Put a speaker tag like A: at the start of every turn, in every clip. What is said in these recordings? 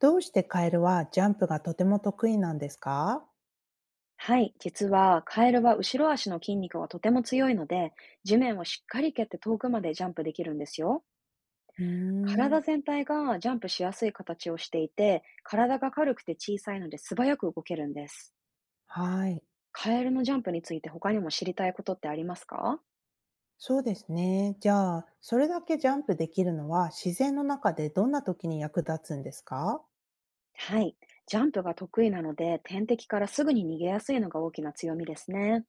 A: どうしてカエルはジャンプがとても得意なんですか？
B: はい、実はカエルは後ろ足の筋肉がとても強いので、地面をしっかり蹴って遠くまでジャンプできるんですよ。
A: うー
B: 体
A: ん、
B: 全体がジャンプしやすい形をしていて、体が軽くて小さいので素早く動けるんです。
A: はい。
B: カエルのジャンプについて他にも知りたいことってありますか？
A: そうですね。じゃあ、それだけジャンプできるのは自然の中でどんな時に役立つんですか？
B: はい。ジャンプが得意なので、天敵からすぐに逃げやすいのが大きな強みですね。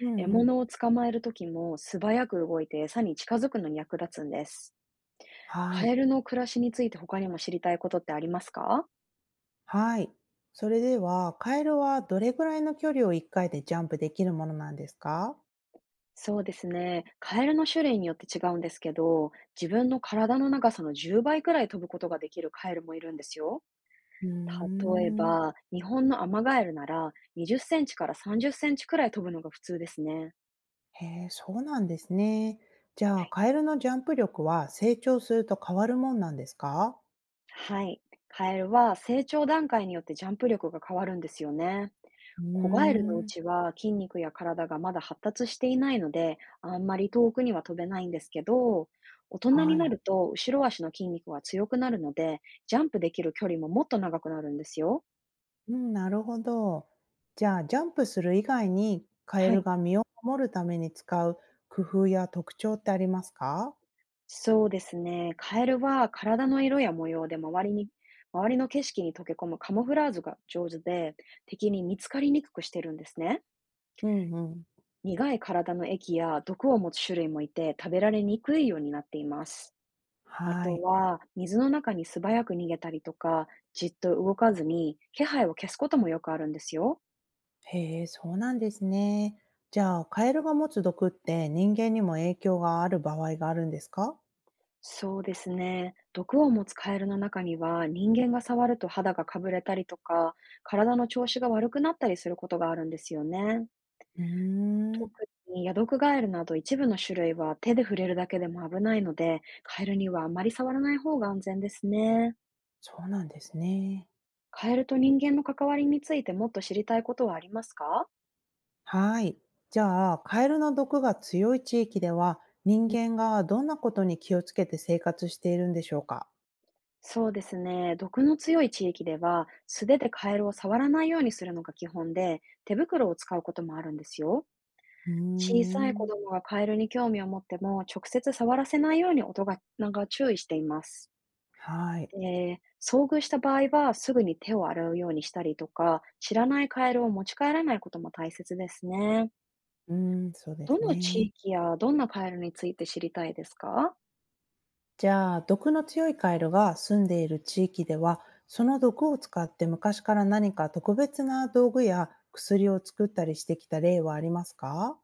A: うんう
B: 獲
A: ん。
B: 物を捕まえるときも素早く動いて餌に近づくのに役立つんです。
A: は
B: カ
A: い。
B: エルの暮らしについて他にも知りたいことってありますか？
A: はい。それでは、カエルはどれぐらいの距離を1回でジャンプできるものなんですか？
B: そうですね。カエルの種類によって違うんですけど、自分の体の長さの10倍くらい飛ぶことができるカエルもいるんですよ。
A: うー
B: 例え
A: ん、
B: ば、日本のアマガエルなら20センチから30センチくらい飛ぶのが普通ですね。
A: へえ、そうなんですね。じゃあ、カエルのジャンプ力は成長すると変わるもんなんですか？
B: はい。カエルは成長段階によってジャンプ力が変わるんですよね。
A: うー
B: 子ガエルのう
A: ん。
B: ちは筋肉や体がまだ発達していないので、あんまり遠くには飛べないんですけど、大人に
A: は
B: な
A: い。
B: ると後ろ足の筋肉が強くなるので、ジャンプできる距離ももっと長くなるんですよ。
A: うん、なるほど。じゃあ、ジャンプする以外にカエ
B: は
A: ル
B: い。
A: が身を守るために使う工夫や特徴ってありますか？
B: そうですね。カエルは体の色や模様で周りの景色に溶け込むカモフラーズが上手で、敵に見つかりにくくしてるんですね。
A: うんうん。
B: 苦い体の液や毒を持つ種類もいて、食べられにくいようになっています。あ
A: は
B: と
A: い。
B: は、水の中に素早く逃げたりとか、じっと動かずに気配を消すこともよくあるんですよ。
A: へえ、そうなんですね。じゃあ、カエルが持つ毒って人間にも影響がある場合があるんですか？
B: そうですね。毒を持つカエルの中には、人間が触ると肌がかぶれたりとか、体の調子が悪くなったりすることがあるんですよね。
A: うー
B: 特
A: ん、
B: にヤドクガエルなど一部の種類は手で触れるだけでも危ないので、カエルにはあまり触らない方が安全ですね。
A: そうなんですね。
B: カエルと人間の関わりについてもっと知りたいことはありますか？
A: はい。じゃあ、カエルの毒が強い地域では、人間がどんなことに気をつけて生活しているんでしょうか？
B: そうですね。毒の強い地域では、素手でカエルを触らないようにするのが基本で、手袋を使うこともあるんですよ。
A: うー
B: 小さい子
A: ん。
B: 供がカエルに興味を持っても、直接触らせないように大人が注意しています。
A: はい。
B: で、遭遇した場合は、すぐに手を洗うようにしたりとか、知らないカエルを持ち帰らないことも大切ですね。
A: うーん、そうで
B: ど
A: す
B: の地
A: ね。
B: 域やどんなカエルについて知りたいですか？
A: じゃあ、毒の強いカエルが住んでいる地域では、その毒を使って昔から何か特別な道具や薬を作ったりしてきた例はありますか？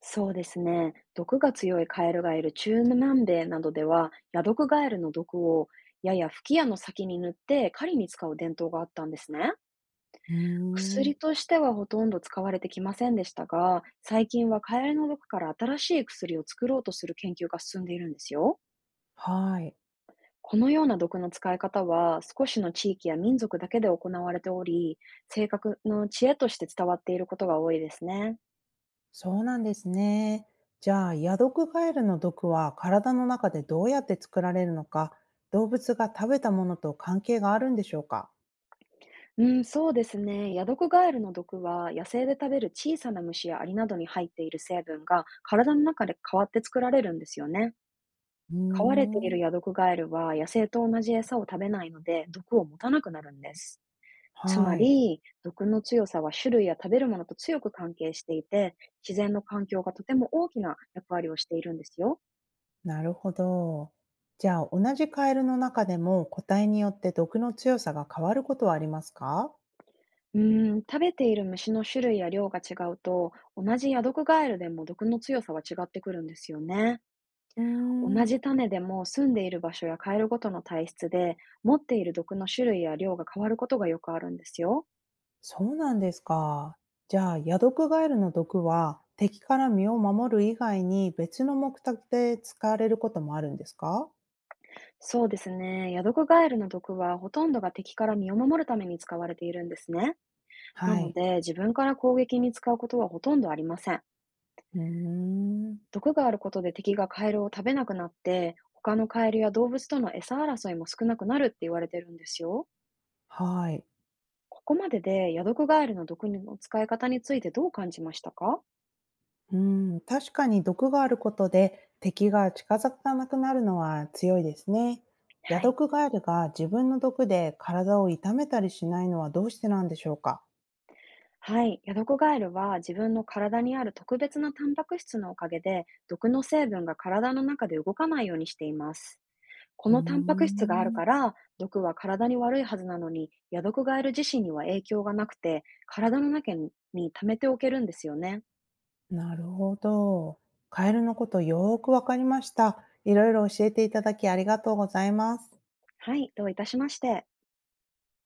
B: そうですね。毒が強いカエルがいる中南米などでは、ヤドクガエルの毒をや吹き矢の先に塗って狩りに使う伝統があったんですね。
A: うー
B: 薬
A: ん、
B: としてはほとんど使われてきませんでしたが、最近はカエルの毒から新しい薬を作ろうとする研究が進んでいるんですよ。
A: はい、
B: このような毒の使い方は少しの地域や民族だけで行われており、正確の知恵として伝わっていることが多いですね。
A: そうなんですね。じゃあ、ヤドクガエルの毒は体の中でどうやって作られるのか、動物が食べたものと関係があるんでしょうか？
B: うん、そうですね。ヤドコガエルの毒は、野生で食べる小さな虫やアリなどに入っている成分が、体の中で変わって作られるんですよね。
A: う
B: 飼われてい
A: ー
B: る
A: ん。
B: ヤドコガエルは、野生と同じ餌を食べないので、毒を持たなくなるんです。つま
A: はい。
B: り、毒の強さは種類や食べるものと強く関係していて、自然の環境がとても大きな役割をしているんですよ。
A: なるほど。じゃあ、同じカエルの中でも個体によって毒の強さが変わることはありますか？
B: うーん、食べている虫の種類や量が違うと、同じヤドクガエルでも毒の強さは違ってくるんですよね。
A: うー
B: 同
A: ん、
B: じ種でも住んでいる場所やカエルごとの体質で持っている毒の種類や量が変わることがよくあるんですよ。
A: そうなんですか。じゃあ、ヤドクガエルの毒は敵から身を守る以外に別の目的で使われることもあるんですか？
B: そうですね。ヤドカガエルの毒はほとんどが敵から身を守るために使われているんですね。な
A: は
B: の
A: い。
B: で自分から攻撃に使うことはほとんどありません。
A: うーん。
B: 毒があることで敵がカエルを食べなくなって他のカエルや動物との餌争いも少なくなるって言われてるんですよ。
A: はい。
B: ここまででヤドカガエルの毒の使い方についてどう感じましたか？
A: うん、確かに毒があることで敵が近づかなくなるのは強いですね。ヤ
B: は
A: ド
B: い。
A: クガエルが自分の毒で体を痛めたりしないのはどうしてなんでしょうか？
B: はい。ヤドコガエルは自分の体にある特別なタンパク質のおかげで、毒の成分が体の中で動かないようにしています。こ
A: うー
B: のタンパク質がある
A: ん、
B: から、毒は体に悪いはずなのに、ヤドコガエル自身には影響がなくて、体の中に溜めておけるんですよね。
A: なるほど。カエルのことよーくわかりました。いろいろ教えていただきありがとうございます。
B: はい。どういたしまして。